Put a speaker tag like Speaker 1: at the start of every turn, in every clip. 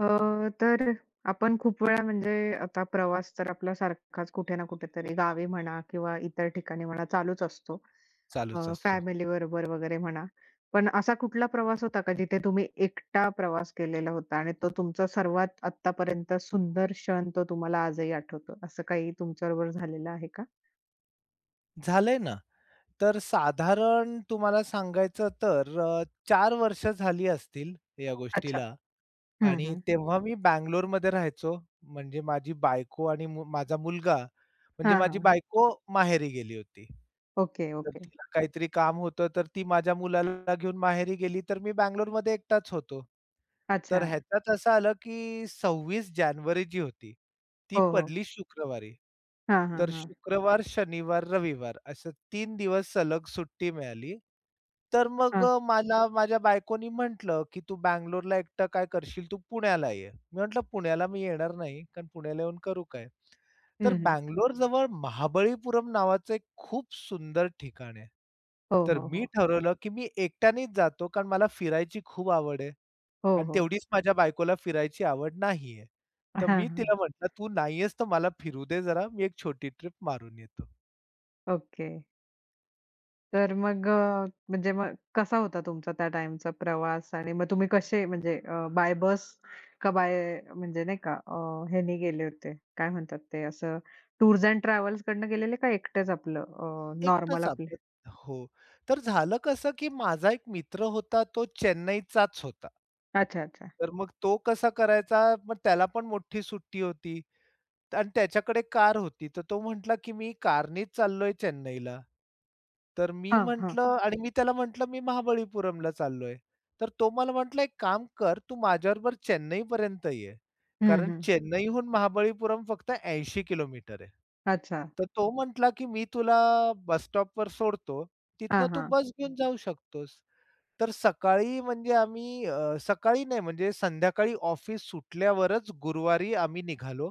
Speaker 1: तर आपण खूप वेळा म्हणजे आता प्रवास तर आपला सारखाच कुठे ना कुठेतरी गावी म्हणा किंवा इतर ठिकाणी म्हणा चालूच असतो.
Speaker 2: चालूच असतो.
Speaker 1: फॅमिली बरोबर वगैरे म्हणा. पण असा कुठला प्रवास होता का जिथे तुम्ही एकटा प्रवास केलेला होता आणि तो तुमचा सर्वात आत्तापर्यंत सुंदर क्षण तो तुम्हाला आजही आठवतो? असं काही तुमच्याबरोबर झालेलं आहे का?
Speaker 2: झालंय ना. तर साधारण तुम्हाला सांगायचं तर 4 वर्ष झाली असतील या
Speaker 1: अच्छा.
Speaker 2: गोष्टीला
Speaker 1: हं,
Speaker 2: आणि
Speaker 1: हं.
Speaker 2: तेव्हा मी बंगलोरमध्ये राहायचो. म्हणजे माझी बायको आणि माझा मुलगा म्हणजे
Speaker 1: हां, हां,
Speaker 2: माझी
Speaker 1: हां.
Speaker 2: बायको माहेरी गेली होती.
Speaker 1: ओके,
Speaker 2: तर
Speaker 1: ओके.
Speaker 2: तिला काहीतरी काम होतं, तर ती माझ्या मुलाला घेऊन माहेरी गेली, तर मी बंगलोरमध्ये एकटाच होतो. तर
Speaker 1: अच्छा.
Speaker 2: ह्याच्यात असं आलं, की 26 जानेवारी जी होती ती
Speaker 1: हो, हो.
Speaker 2: पडली शुक्रवारी.
Speaker 1: हां, हां,
Speaker 2: तर
Speaker 1: हां.
Speaker 2: शुक्रवार, शनिवार, रविवार असं तीन दिवस सलग सुट्टी मिळाली. तर मग
Speaker 1: हां.
Speaker 2: मला माझ्या बायकोनी म्हटलं, "की तू बंगलोरला एकटं काय करशील? तू पुण्याला ये." मी म्हटलं, "पुण्याला मी येणार नाही, कारण पुण्याला येऊन करू काय?" तर
Speaker 1: हं, हं.
Speaker 2: बंगलोरजवळ महाबळीपुरम नावाचं एक खूप सुंदर ठिकाण आहे.
Speaker 1: हो,
Speaker 2: तर
Speaker 1: हो,
Speaker 2: मी
Speaker 1: हो.
Speaker 2: ठरवलं, की मी एकट्यानेच जातो, कारण मला फिरायची खूप आवड आहे
Speaker 1: हो,
Speaker 2: आणि
Speaker 1: हो.
Speaker 2: तेवढीच माझ्या बायकोला फिरायची आवड नाहीये.
Speaker 1: हां,
Speaker 2: तर मी
Speaker 1: हां.
Speaker 2: तिला म्हटलं, "तू नाही आहेस तर मला फिरू दे जरा, मी एक छोटी ट्रिप मारून येतो."
Speaker 1: ओके. तर मग म्हणजे मग कसा होता तुमचा त्या टाईमचा प्रवास आणि मग तुम्ही कसे म्हणजे बाय बस का बाय म्हणजे नाही का ह्याने गेले होते, काय म्हणतात ते असं टूर्स अँड ट्रॅव्हल्स कडनं गेलेले का एकटेच आपलं नॉर्मल
Speaker 2: एकटंच
Speaker 1: आपले?
Speaker 2: आपण. तर हो. तर झालं कसं, की माझा एक मित्र होता, तो चेन्नईचाच होता.
Speaker 1: अच्छा, अच्छा.
Speaker 2: तर मग तो कसा करायचा, मग त्याला पण मोठी सुट्टी होती. आणि त्याच्याकडे कार होती. तर तो म्हटला, की "मी कारनीच चाललोय चेन्नईला." तर मी
Speaker 1: हां, हां.
Speaker 2: म्हटलं आणि मी त्याला म्हटलं, "मी महाबळीपुरमला चाललोय." तर तो मला म्हटला, "एक काम कर, तू माझ्याबरोबर चेन्नईपर्यंत ये."
Speaker 1: हं,
Speaker 2: कारण
Speaker 1: हं.
Speaker 2: चेन्नईहून महाबळीपुरम फक्त 80 किलोमीटर आहे.
Speaker 1: अच्छा.
Speaker 2: तर तो म्हटला, "की मी तुला बस स्टॉपवर सोडतो. तिथनं
Speaker 1: हां,
Speaker 2: तू
Speaker 1: हां.
Speaker 2: बस घेऊन जाऊ शकतोस." तर सकाळी म्हणजे आम्ही सकाळी नाही म्हणजे संध्याकाळी ऑफिस सुटल्यावरच गुरुवारी आम्ही निघालो.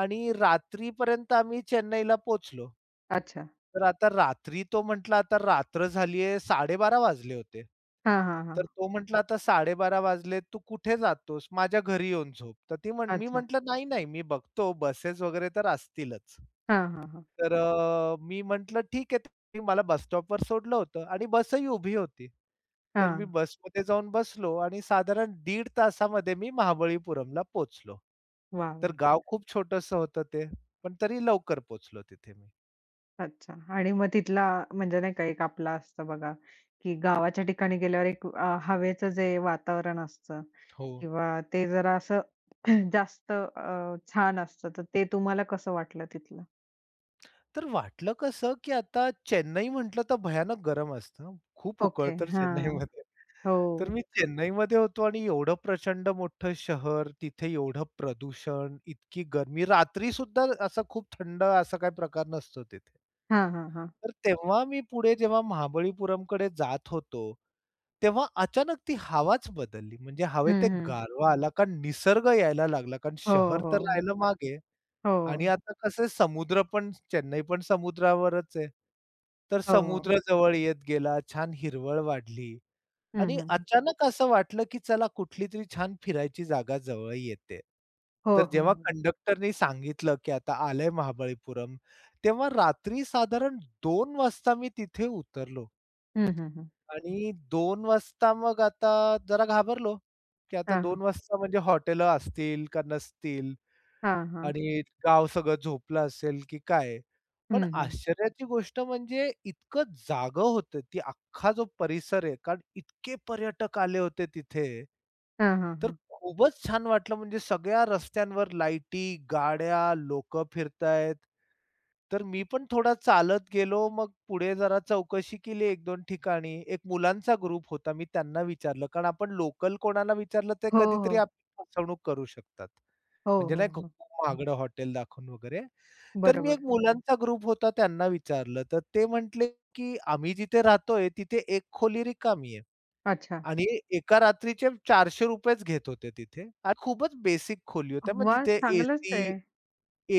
Speaker 2: आणि रात्रीपर्यंत आम्ही चेन्नईला पोहोचलो.
Speaker 1: अच्छा.
Speaker 2: तर आता रात्री तो म्हटला, "आता रात्र झाली आहे." 12:30 वाजले होते.
Speaker 1: हां, हां,
Speaker 2: तर
Speaker 1: हां.
Speaker 2: तो म्हटला, "आता 12:30 वाजले, तू कुठे जातोस? माझ्या घरी येऊन झोप." तर ती म्हण मी
Speaker 1: अच्छा.
Speaker 2: म्हटलं, "नाही, नाही, मी बघतो बसेस वगैरे तर असतीलच."
Speaker 1: हां, हां, हां.
Speaker 2: तर मी म्हटलं ठीक आहे. त्यांनी मला बस स्टॉपवर सोडलं होतं आणि बसही उभी होती. तर मी
Speaker 1: हां.
Speaker 2: बसमध्ये जाऊन बसलो आणि साधारण 1.5 तासामध्ये मी महाबळीपुरमला पोहोचलो.
Speaker 1: वाह!
Speaker 2: तर
Speaker 1: वाह!
Speaker 2: गाव खूप छोटंसं होतं ते, पण तरी लवकर पोहोचलो तिथे मी.
Speaker 1: अच्छा आणि मग तिथला म्हणजे नाही का एक आपला असतं बघा, की गावाच्या ठिकाणी गेल्यावर एक हवेचं जे वातावरण असतं
Speaker 2: हो.
Speaker 1: किंवा ते जरा असं जास्त छान असतं, तर ते तुम्हाला कसं वाटलं तिथलं?
Speaker 2: तर वाटलं कसं, की आता चेन्नई म्हटलं तर भयानक गरम असतं. खूप
Speaker 1: ओके.
Speaker 2: उकळतं तर
Speaker 1: हां.
Speaker 2: चेन्नईमध्ये.
Speaker 1: हो.
Speaker 2: तर मी चेन्नईमध्ये होतो आणि एवढं प्रचंड मोठं शहर, तिथे एवढं प्रदूषण, इतकी गरमी. रात्रीसुद्धा असा खूप थंड असा काही प्रकार नसतो तिथे.
Speaker 1: हां, हां, हां.
Speaker 2: तर तेव्हा मी पुढे जेव्हा महाबळीपुरमकडे जात होतो, तेव्हा अचानक ती हवाच बदलली. म्हणजे हवेत
Speaker 1: हं,
Speaker 2: एक
Speaker 1: हं.
Speaker 2: गारवा आला, कारण निसर्ग यायला लागला. कारण
Speaker 1: हो,
Speaker 2: शहर
Speaker 1: हो.
Speaker 2: तर राहिलं मागे.
Speaker 1: हो.
Speaker 2: आणि आता कसं समुद्र पण चेन्नई पण समुद्रावरच आहे. तर
Speaker 1: हो.
Speaker 2: समुद्र जवळ येत गेला, छान हिरवळ वाढली
Speaker 1: हं,
Speaker 2: आणि
Speaker 1: हं, हं.
Speaker 2: अचानक असं वाटलं, की चला कुठली तरी छान फिरायची जागा जवळ येते.
Speaker 1: हो,
Speaker 2: तर
Speaker 1: हो.
Speaker 2: जेव्हा
Speaker 1: हो.
Speaker 2: कंडक्टरनी सांगितलं, की आता आलंय महाबळीपुरम, तेव्हा रात्री साधारण 2:00 वाजता मी तिथे उतरलो
Speaker 1: हं, हं, हं.
Speaker 2: आणि 2:00 वाजता मग आता जरा घाबरलो, की आता
Speaker 1: हां, हां.
Speaker 2: 2:00 वाजता म्हणजे हॉटेलं असतील का नसतील?
Speaker 1: हां, हां.
Speaker 2: आणि गाव सगळं झोपलं असेल की काय. पण
Speaker 1: हं, हं.
Speaker 2: आश्चर्याची गोष्ट म्हणजे इतकं जागं होतं, ती अख्खा जो परिसर आहे, कारण इतके पर्यटक आले होते तिथे.
Speaker 1: हां, हां,
Speaker 2: तर
Speaker 1: हां.
Speaker 2: खूपच छान वाटलं म्हणजे सगळ्या रस्त्यांवर लाईटी, गाड्या, लोकं फिरतायत. तर मी पण थोडा चालत गेलो. मग पुढे जरा चौकशी केली एक दोन ठिकाणी. एक मुलांचा ग्रुप होता. मी त्यांना विचारलं, कारण आपण लोकल कोणाला विचारलं ते
Speaker 1: हो,
Speaker 2: कधीतरी
Speaker 1: हो.
Speaker 2: आपली फसवणूक करू शकतात.
Speaker 1: हो,
Speaker 2: म्हणजे
Speaker 1: हो,
Speaker 2: नाही का
Speaker 1: हो.
Speaker 2: खूप महागडं हॉटेल दाखवून वगैरे. तर मी एक
Speaker 1: बरोबर.
Speaker 2: मुलांचा ग्रुप होता त्यांना विचारलं. तर ते म्हटले, की "आम्ही जिथे राहतोय तिथे एक खोली रिकामी आहे."
Speaker 1: अच्छा.
Speaker 2: आणि एका रात्रीचे ₹400च घेत होते तिथे आणि खूपच बेसिक खोली होत्या. मग
Speaker 1: वाह!
Speaker 2: तिथे
Speaker 1: चांगलंच
Speaker 2: एसी
Speaker 1: आहे.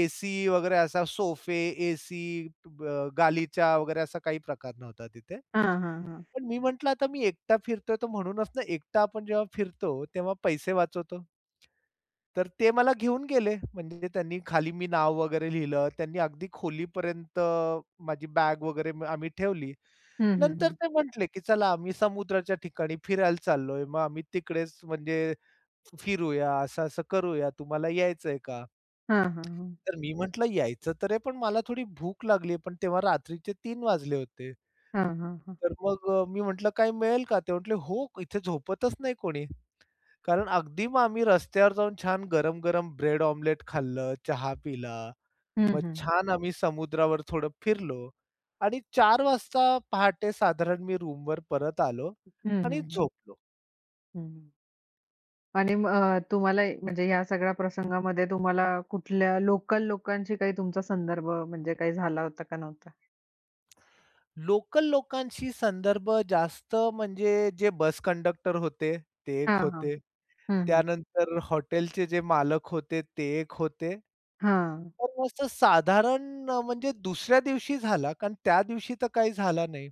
Speaker 2: एसी वगैरे असा सोफे, एसी, गालिचा वगैरे असा काही प्रकार नव्हता तिथे.
Speaker 1: हां, हां, हां.
Speaker 2: पण मी म्हटलं आता मी एकटा फिरतोय तर म्हणूनच ना एकटा आपण जेव्हा फिरतो तेव्हा पैसे वाचवतो. तर ते मला घेऊन गेले. म्हणजे त्यांनी खाली मी नाव वगैरे लिहिलं. त्यांनी अगदी खोलीपर्यंत माझी बॅग वगैरे आम्ही ठेवली.
Speaker 1: हं, हं,
Speaker 2: नंतर
Speaker 1: हं.
Speaker 2: ते म्हटले, की "चला आम्ही समुद्राच्या ठिकाणी फिरायला चाललोय. मग आम्ही तिकडेच म्हणजे फिरूया, असं-असं करूया. तुम्हाला यायचंय का?"
Speaker 1: हां, हां, हां.
Speaker 2: तर मी म्हटलं यायचं तर आहे, पण मला थोडी भूक लागली आहे. पण तेव्हा रात्रीचे 3 वाजले होते.
Speaker 1: हां, हां, हां.
Speaker 2: तर मग मी म्हटलं, "काही मिळेल का?" ते म्हटले, "हो, इथे झोपतच नाही कोणी." कारण अगदी मग आम्ही रस्त्यावर जाऊन छान गरम-गरम ब्रेड ऑमलेट खाल्लं, चहा पिला.
Speaker 1: हं,
Speaker 2: मग
Speaker 1: हं.
Speaker 2: छान आम्ही समुद्रावर थोडं फिरलो आणि 4 वाजता पहाटे साधारण मी रूमवर परत आलो
Speaker 1: हं, हं,
Speaker 2: आणि
Speaker 1: हं.
Speaker 2: झोपलो.
Speaker 1: आणि मग तुम्हाला म्हणजे या सगळ्या प्रसंगामध्ये तुम्हाला कुठल्या लोकल लोकांशी काही तुमचा संदर्भ म्हणजे काही झाला होता का नव्हता?
Speaker 2: लोकल लोकांशी संदर्भ जास्त म्हणजे जे बस कंडक्टर होते, ते एक
Speaker 1: हां, हां.
Speaker 2: होते.
Speaker 1: हं, हं.
Speaker 2: त्यानंतर हॉटेलचे जे मालक होते, ते एक होते.
Speaker 1: हां.
Speaker 2: तर असं साधारण म्हणजे दुसऱ्या दिवशी झाला, कारण त्या दिवशी तर काही झाला नाही.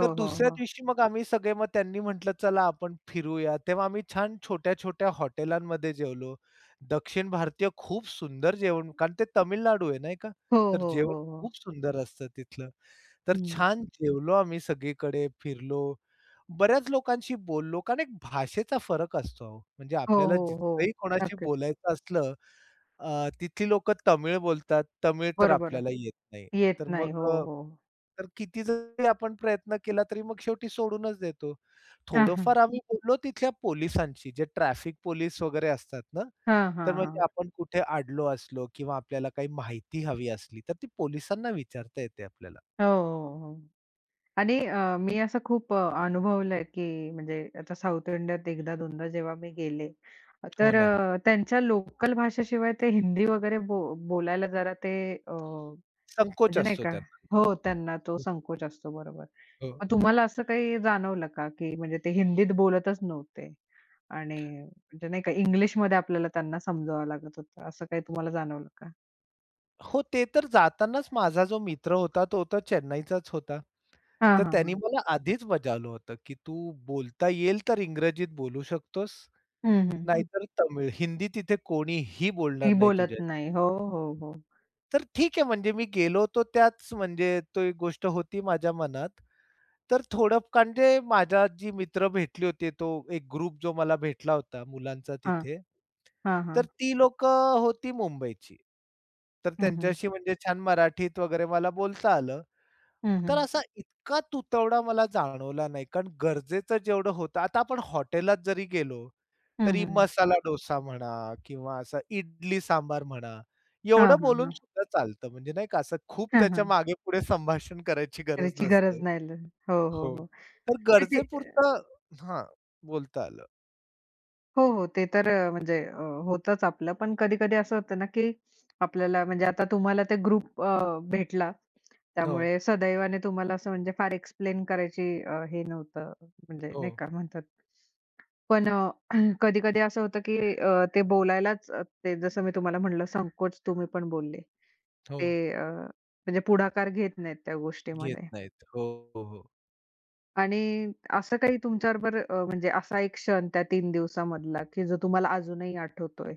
Speaker 2: तर
Speaker 1: हो,
Speaker 2: दुसऱ्या
Speaker 1: हो.
Speaker 2: दिवशी मग आम्ही सगळे मग त्यांनी म्हटलं, "चला आपण फिरूया." तेव्हा आम्ही छान छोट्या-छोट्या हॉटेलांमध्ये जेवलो. दक्षिण भारतीय खूप सुंदर जेवण कारण ते तामिळनाडू आहे नाही का?
Speaker 1: हो,
Speaker 2: तर
Speaker 1: हो,
Speaker 2: जेवण
Speaker 1: हो, हो.
Speaker 2: खूप सुंदर असतं तिथलं. तर
Speaker 1: हं.
Speaker 2: छान जेवलो आम्ही सगळीकडे फिरलो. बऱ्याच लोकांशी बोललो कारण एक भाषेचा फरक असतो अहो. म्हणजे
Speaker 1: हो,
Speaker 2: आपल्याला
Speaker 1: हो, हो.
Speaker 2: जिथंही कोणाशी
Speaker 1: नक्कीच.
Speaker 2: बोलायचं असलं तिथली लोकं तमिळ बोलतात. तमिळ तर
Speaker 1: बरोबर.
Speaker 2: आपल्याला येत नाही.
Speaker 1: येत
Speaker 2: तर मग
Speaker 1: नाही. हो, हो.
Speaker 2: तर किती जरी आपण प्रयत्न केला तरी मग शेवटी सोडूनच देतो.
Speaker 1: हां, हां.
Speaker 2: थोडंफार आम्ही बोललो तिथल्या पोलिसांशी, जे ट्रॅफिक पोलीस वगैरे असतात ना,
Speaker 1: हां,
Speaker 2: तर
Speaker 1: हां,
Speaker 2: म्हणजे
Speaker 1: हां.
Speaker 2: आपण कुठे अडलो असलो किंवा आपल्याला काही माहिती हवी असली, तर ती पोलिसांना विचारता येते आपल्याला.
Speaker 1: हो, हो, हो. आणि मी असं खूप अनुभवलंय, की म्हणजे आता साउथ इंडियात 1दा-2दा जेव्हा मी गेले,
Speaker 2: हो
Speaker 1: तर
Speaker 2: ना.
Speaker 1: त्यांच्या लोकल भाषेशिवाय ते हिंदी वगैरे बोलायला जरा ते अ,
Speaker 2: संकोच
Speaker 1: म्हणजे नाही
Speaker 2: असतो
Speaker 1: का
Speaker 2: त्यांना.
Speaker 1: हो, त्यांना तो
Speaker 2: हो.
Speaker 1: संकोच असतो बरोबर.
Speaker 2: हो,
Speaker 1: मग तुम्हाला असं काही जाणवलं का, की म्हणजे ते हिंदीत बोलतच नव्हते आणि म्हणजे नाही का इंग्लिशमध्ये आपल्याला त्यांना समजवावं लागत होतं, असं काही तुम्हाला जाणवलं का?
Speaker 2: हो, ते तर जातानाच माझा जो मित्र होता, तो तर चेन्नईचाच होता.
Speaker 1: हां,
Speaker 2: तर
Speaker 1: हां,
Speaker 2: त्यांनी
Speaker 1: हां.
Speaker 2: मला आधीच बजावलं होतं, की "तू बोलता येईल तर इंग्रजीत बोलू शकतोस,
Speaker 1: हं,
Speaker 2: हं.
Speaker 1: हं, हं.
Speaker 2: नाहीतर तमिळ. हिंदी तिथे कोणीही
Speaker 1: ती
Speaker 2: बोलणार नाही
Speaker 1: बोलत
Speaker 2: तुझ्याशी."
Speaker 1: नाही. हो, हो, हो.
Speaker 2: तर ठीक आहे म्हणजे मी गेलो होतो त्याच म्हणजे ती गोष्ट होती माझ्या मनात. तर थोडं म्हणजे माझ्या जी मित्र भेटली होती, तो एक ग्रुप जो मला भेटला होता मुलांचा
Speaker 1: हां,
Speaker 2: तिथे.
Speaker 1: हां,
Speaker 2: तर
Speaker 1: हां.
Speaker 2: ती लोकं होती मुंबईची. तर
Speaker 1: हं, हं.
Speaker 2: त्यांच्याशी म्हणजे छान मराठीत वगैरे मला बोलता आलं.
Speaker 1: हं,
Speaker 2: तर
Speaker 1: हं.
Speaker 2: असा इतका तुतवडा मला जाणवला नाही, कारण गरजेचं जेवढं होतं आता आपण हॉटेलात जरी गेलो,
Speaker 1: हं,
Speaker 2: तरी
Speaker 1: हं.
Speaker 2: मसाला डोसा म्हणा किंवा असा इडली सांबार म्हणा,
Speaker 1: हां,
Speaker 2: एवढं
Speaker 1: हां,
Speaker 2: बोलून
Speaker 1: हां.
Speaker 2: सुद्धा चालतं. म्हणजे नाही का असं खूप
Speaker 1: हां,
Speaker 2: त्याच्या
Speaker 1: हां.
Speaker 2: मागे-पुढे संभाषण करायची गरज
Speaker 1: त्याची
Speaker 2: नसते.
Speaker 1: गरज नाही ल हो, हो,
Speaker 2: हो.
Speaker 1: हो.
Speaker 2: तर
Speaker 1: नाही ते
Speaker 2: गरजेपुरतं हां, बोलता आलं.
Speaker 1: हो, हो. ते तर होतंच आपलं. पण कधी-कधी असं होतं ना, की आपल्याला म्हणजे आता तुम्हाला ते ग्रुप भेटला.
Speaker 2: हो,
Speaker 1: त्यामुळे सदैवाने तुम्हाला असं म्हणजे फार एक्सप्लेन करायची हे नव्हतं म्हणजे
Speaker 2: हो,
Speaker 1: नाही का म्हणतात. पण कधी-कधी असं होतं, की ते बोलायलाच ते जसं मी तुम्हाला म्हटलं संकोच तुम्ही पण बोलले. ते
Speaker 2: हो.
Speaker 1: अ, म्हणजे पुढाकार घेत नाहीत त्या
Speaker 2: घेत
Speaker 1: गोष्टीमध्ये.
Speaker 2: नाहीत. हो, हो, हो.
Speaker 1: आणि असं काही तुमच्याबरोबर म्हणजे असा एक क्षण त्या 3 दिवसामधला, की जो तुम्हाला अजूनही आठवतोय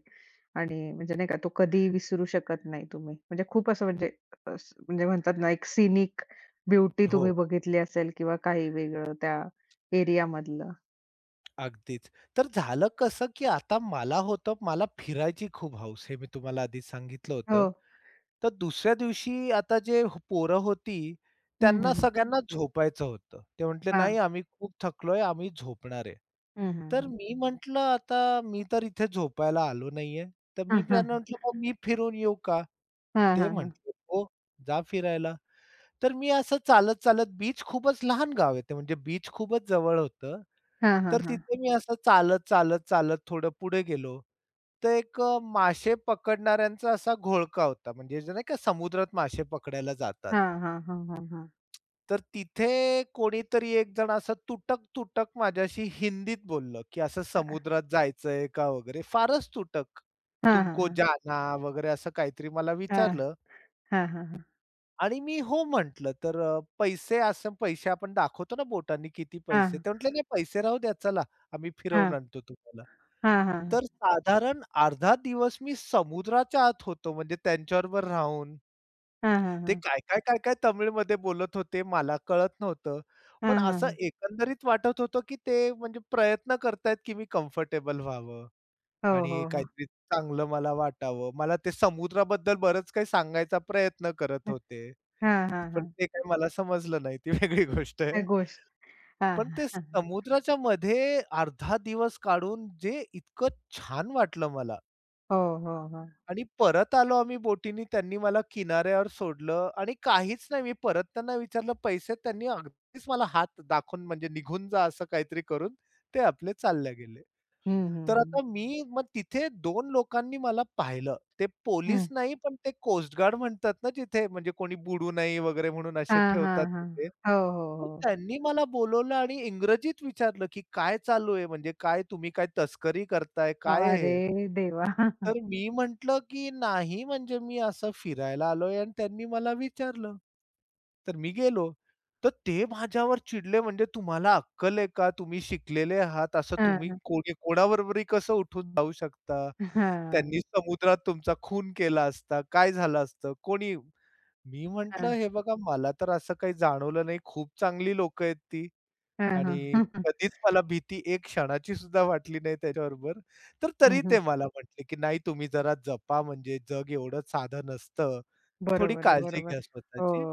Speaker 1: आणि म्हणजे नाही का तो कधीही विसरू शकत नाही तुम्ही? म्हणजे खूप असं म्हणजे अस म्हणजे म्हणतात ना एक सिनिक ब्युटी
Speaker 2: हो,
Speaker 1: तुम्ही बघितली असेल किंवा काही वेगळं त्या एरियामधलं?
Speaker 2: अगदीच. तर झालं कसं, की आता मला होतं, मला फिरायची खूप हौस. हे मी तुम्हाला आधी सांगितलं
Speaker 1: हो.
Speaker 2: होतं. तर दुसऱ्या दिवशी आता जे पोरं होती,
Speaker 1: हं, हं,
Speaker 2: त्यांना
Speaker 1: हं.
Speaker 2: सगळ्यांना झोपायचं होतं. ते म्हटले,
Speaker 1: हां.
Speaker 2: "नाही, आम्ही खूप थकलोय, आम्ही झोपणार आहे."
Speaker 1: हं, हं,
Speaker 2: तर
Speaker 1: हं.
Speaker 2: मी म्हटलं, "आता मी तर इथे झोपायला आलो नाहीये." तर मी
Speaker 1: हां,
Speaker 2: त्यांना
Speaker 1: हां.
Speaker 2: म्हटलं, "मग मी फिरून येऊ का?"
Speaker 1: हां,
Speaker 2: ते
Speaker 1: हां, हां.
Speaker 2: म्हटले, "हो, जा फिरायला." तर मी असं चालत-चालत बीच खूपच लहान गाव आहे ते म्हणजे बीच खूपच जवळ होतं.
Speaker 1: हां, हां,
Speaker 2: तर
Speaker 1: हां.
Speaker 2: तिथे मी असं चालत, चालत, चालत थोडं पुढे गेलो. तर एक मासे पकडणाऱ्यांचा असा घोळका होता. म्हणजे जे नाही का समुद्रात मासे पकडायला जातात.
Speaker 1: हां, हां, हां, हां, हां.
Speaker 2: तर तिथे कोणीतरी एक जण असं तुटक-तुटक माझ्याशी हिंदीत बोललं, की असं समुद्रात जायचंय का वगैरे? फारच तुटक.
Speaker 1: हां, हां,
Speaker 2: तुमको
Speaker 1: हां.
Speaker 2: जाना वगैरे असं काहीतरी मला
Speaker 1: हां,
Speaker 2: विचारलं
Speaker 1: हां, हां, हां.
Speaker 2: आणि मी हो म्हटलं. तर पैसे आपण दाखवतो ना बोटांनी किती
Speaker 1: हां,
Speaker 2: पैसे?
Speaker 1: हां.
Speaker 2: ते म्हटले, "नाही पैसे राहू द्या चला, आम्ही फिरवून आणतो तुम्हाला."
Speaker 1: हां, हां, हां.
Speaker 2: तर साधारण अर्धा दिवस मी समुद्राच्या आत होतो म्हणजे त्यांच्याबरोबर राहून. ते
Speaker 1: हां,
Speaker 2: काय तमिळमध्ये बोलत होते मला कळत नव्हतं. पण असं एकंदरीत वाटत होतं, की ते म्हणजे प्रयत्न करतायत, की मी कम्फर्टेबल व्हावं
Speaker 1: हो,
Speaker 2: आणि
Speaker 1: हो, हो.
Speaker 2: काहीतरी चांगलं मला वाटावं. मला ते समुद्राबद्दल बरंच काही सांगायचा प्रयत्न करत होते.
Speaker 1: हां, हां,
Speaker 2: पण
Speaker 1: हां.
Speaker 2: ते काही मला समजलं नाही ती वेगळी गोष्ट
Speaker 1: त्या
Speaker 2: आहे.
Speaker 1: गोष्ट. हां,
Speaker 2: पण
Speaker 1: हां,
Speaker 2: ते
Speaker 1: हां.
Speaker 2: समुद्राच्या मध्ये अर्धा दिवस काढून जे इतकं छान वाटलं मला
Speaker 1: हो, हो, हो.
Speaker 2: आणि परत आलो आम्ही बोटीनी. त्यांनी मला किनाऱ्यावर सोडलं आणि काहीच नाही. मी परत त्यांना विचारलं पैसे. त्यांनी अगदीच मला हात दाखवून म्हणजे निघून जा असं काहीतरी करून ते आपले चालल्या गेले.
Speaker 1: हं, हं,
Speaker 2: तर
Speaker 1: हं.
Speaker 2: आता मी मग तिथे 2 लोकांनी मला पाहिलं. ते
Speaker 1: हं.
Speaker 2: पोलीस नाही, पण ते कोस्ट गार्ड म्हणतात ना जिथे म्हणजे कोणी बुडू नये वगैरे म्हणून असे
Speaker 1: हां, हां,
Speaker 2: ठेवतात
Speaker 1: हां.
Speaker 2: तिथे.
Speaker 1: हो, हो,
Speaker 2: तर
Speaker 1: हो.
Speaker 2: त्यांनी मला बोलवलं आणि इंग्रजीत विचारलं, की "काय चालू आहे? म्हणजे काय तुम्ही काय तस्करी करताय? काय आहे हे?"
Speaker 1: अरे देवा!
Speaker 2: तर मी म्हटलं, की "नाही, म्हणजे मी असं फिरायला आलोय" आणि त्यांनी मला विचारलं. तर मी गेलो. तर ते माझ्यावर चिडले म्हणजे तुम्हाला अक्कल आहे का? तुम्ही शिकलेले आहात. असं तुम्ही
Speaker 1: हां,
Speaker 2: कोणी कोणाबरोबरही कसं उठून जाऊ शकता?
Speaker 1: हां,
Speaker 2: त्यांनी
Speaker 1: हां,
Speaker 2: समुद्रात तुमचा खून केला असता, काय झालं असतं? कोणी मी म्हटलं, "हे बघा मला तर असं काही जाणवलं नाही. खूप चांगली लोकं आहेत ती
Speaker 1: हां,
Speaker 2: आणि
Speaker 1: हां.
Speaker 2: कधीच मला भीती एक क्षणाची सुद्धा वाटली नाही त्याच्याबरोबर." तर
Speaker 1: हं,
Speaker 2: तरी
Speaker 1: हं.
Speaker 2: ते मला म्हटले, की "नाही तुम्ही जरा जपा म्हणजे जग एवढं साधं नसतं." थोडी
Speaker 1: बरोबर आहे,
Speaker 2: काळजी
Speaker 1: बरोबर
Speaker 2: घ्या
Speaker 1: आहे. हो,
Speaker 2: स्वतःची.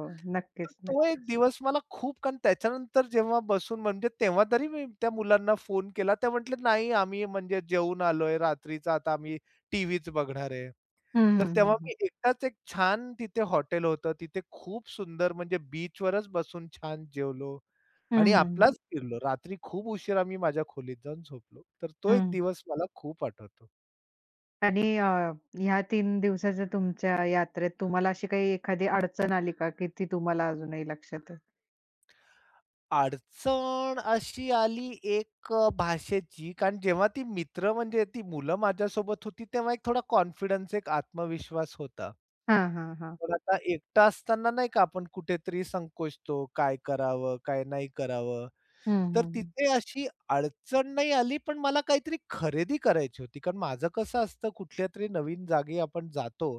Speaker 2: तर
Speaker 1: नक्कीच,
Speaker 2: तो एक
Speaker 1: नक्कीच.
Speaker 2: दिवस मला खूप कारण त्याच्यानंतर जेव्हा बसून म्हणजे तेव्हा तरी मी त्या मुलांना फोन केला. ते म्हटले, "नाही आम्ही म्हणजे जेवून आलोय रात्रीचा आता आम्ही टीव्हीच बघणार आहे."
Speaker 1: हं,
Speaker 2: तर
Speaker 1: हं,
Speaker 2: तेव्हा
Speaker 1: हं, हं.
Speaker 2: मी एकटाच एक छान तिथे हॉटेल होतं. तिथे खूप सुंदर म्हणजे बीचवरच बसून छान जेवलो
Speaker 1: हं,
Speaker 2: आणि
Speaker 1: हं, हं.
Speaker 2: आपलाच फिरलो. रात्री खूप उशिरा मी माझ्या खोलीत जाऊन झोपलो. तर तो एक दिवस मला खूप आठवतो.
Speaker 1: आणि ह्या 3 दिवसाच्या तुमच्या यात्रेत तुम्हाला अशी काही एखादी अडचण आली का, की ती तुम्हाला अजूनही लक्षात आहे?
Speaker 2: अडचण अशी आली एक भाषेची, कारण जेव्हा ती मित्र म्हणजे ती मुलं माझ्यासोबत होती, तेव्हा एक थोडा कॉन्फिडन्स, एक आत्मविश्वास होता.
Speaker 1: हां, हां, हां.
Speaker 2: पण आता एकटा असताना नाही का आपण कुठेतरी संकोचतो, काय करावं, काय नाही करावं.
Speaker 1: हं, हं,
Speaker 2: तर
Speaker 1: हं.
Speaker 2: तिथे अशी अडचण नाही आली, पण मला काहीतरी खरेदी करायची होती. कारण माझं कसं असतं, कुठल्यातरी नवीन जागी आपण जातो,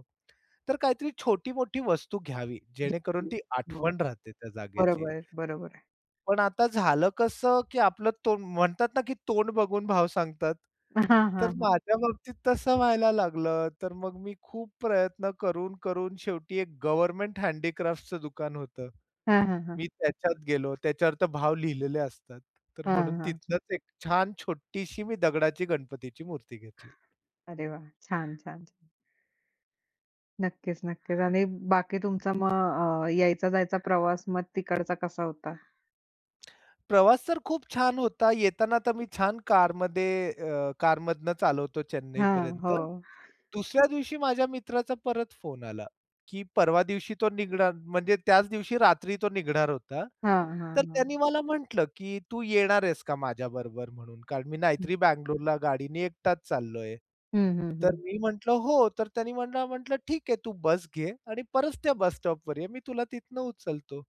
Speaker 2: तर काहीतरी छोटी-मोठी वस्तू घ्यावी, जेणेकरून ती
Speaker 1: हो,
Speaker 2: आठवण राहते त्या जागेची.
Speaker 1: बरोबर, बरोबर.
Speaker 2: पण आता झालं कसं, की आपलं तोंड म्हणतात ना, की तोंड बघून भाव सांगतात.
Speaker 1: हां,
Speaker 2: तर
Speaker 1: हां, हां.
Speaker 2: माझ्या बाबतीत तसं व्हायला लागलं. तर मग मी खूप प्रयत्न करून शेवटी एक गव्हर्नमेंट हँडीक्राफ्टचं दुकान होतं.
Speaker 1: हां, हां, हां.
Speaker 2: मी त्याच्यात गेलो. त्याच्यावर तर भाव लिहिलेले असतात. तर
Speaker 1: हां,
Speaker 2: म्हणून
Speaker 1: हां.
Speaker 2: तिथनंच एक छान छोटीशी मी दगडाची गणपतीची मूर्ती घेतली.
Speaker 1: अरे वाह! छान, छान, छान. नक्कीच, नक्कीच. आणि बाकी तुमचा मग यायचा-जायचा प्रवास मग तिकडचा कसा होता?
Speaker 2: प्रवास तर खूप छान होता. येताना तर मी छान कारमध्ये कारमधनं चालवतो
Speaker 1: हां,
Speaker 2: चेन्नईपर्यंत.
Speaker 1: हो.
Speaker 2: दुसऱ्या दिवशी माझ्या मित्राचा परत फोन आला, की परवा दिवशी तो निघणार म्हणजे त्याच दिवशी रात्री तो निघणार होता.
Speaker 1: हां, हां,
Speaker 2: तर
Speaker 1: हां.
Speaker 2: त्यांनी मला म्हटलं, की "तू येणार आहेस का माझ्याबरोबर?" म्हणून. कारण मी
Speaker 1: हं.
Speaker 2: नाहीतरी बंगलोरला गाडीने एकटाच चाललोय.
Speaker 1: हं, हं,
Speaker 2: तर
Speaker 1: हं.
Speaker 2: मी म्हटलं, "हो." तर त्यांनी मला म्हटलं, "ठीक आहे, तू बस घे आणि परत त्या बस स्टॉपवर ये. मी तुला तिथनं उचलतो."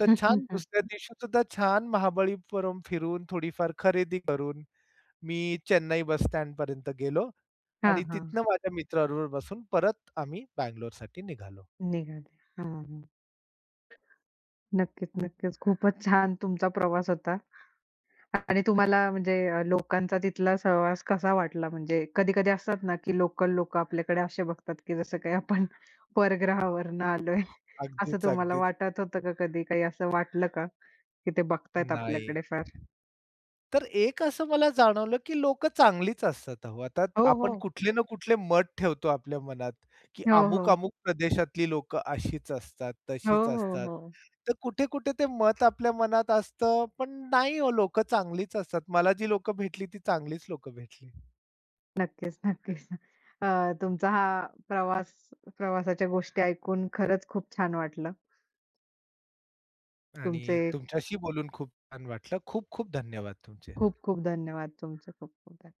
Speaker 2: तर छान दुसऱ्या दिवशी सुद्धा छान महाबळीपुरम फिरून, थोडीफार खरेदी करून, मी चेन्नई बस स्टँडपर्यंत गेलो
Speaker 1: हां,
Speaker 2: आणि
Speaker 1: हां.
Speaker 2: तिथनं माझ्या मित्राबरोबर बसून परत आम्ही बंगलोरसाठी निघालो.
Speaker 1: निघाले. हां, हां. नक्कीच, नक्कीच. खूपच छान तुमचा प्रवास होता. आणि तुम्हाला म्हणजे लोकांचा तिथला सहवास कसा वाटला? म्हणजे कधी-कधी असतात ना, की लोकल लोकं आपल्याकडे असे बघतात, की जसं काही आपण परग्रहावरून आलोय. असं
Speaker 2: अगदीच,
Speaker 1: तुम्हाला
Speaker 2: अगदीच.
Speaker 1: वाटत होतं का कधी? काही असं वाटलं का, की ते बघतायत
Speaker 2: नाही.
Speaker 1: आपल्याकडे फार?
Speaker 2: तर एक असं मला जाणवलं, की लोकं चांगलीच असतात अहो. आता
Speaker 1: हो,
Speaker 2: आपण
Speaker 1: हो.
Speaker 2: कुठले ना कुठले मत ठेवतो आपल्या मनात, की
Speaker 1: हो, हो.
Speaker 2: अमुक-अमुक प्रदेशातली लोकं अशीच असतात,
Speaker 1: हो,
Speaker 2: तशीच
Speaker 1: हो,
Speaker 2: असतात.
Speaker 1: हो.
Speaker 2: तर कुठे-कुठे ते मत आपल्या मनात असतं, पण नाही हो लोकं चांगलीच असतात. मला जी लोकं भेटली ती चांगलीच लोकं भेटली.
Speaker 1: नक्कीच, नक्कीच. अ, तुमचा हा प्रवास प्रवासाच्या गोष्टी ऐकून खरंच खूप छान वाटलं.
Speaker 2: आणि
Speaker 1: तुमचे
Speaker 2: तुमच्याशी बोलून खूप छान वाटलं. खूप-खूप धन्यवाद तुमचे.
Speaker 1: खूप खूप धन्यवाद. तुमचे खूप खूप धन्यवाद.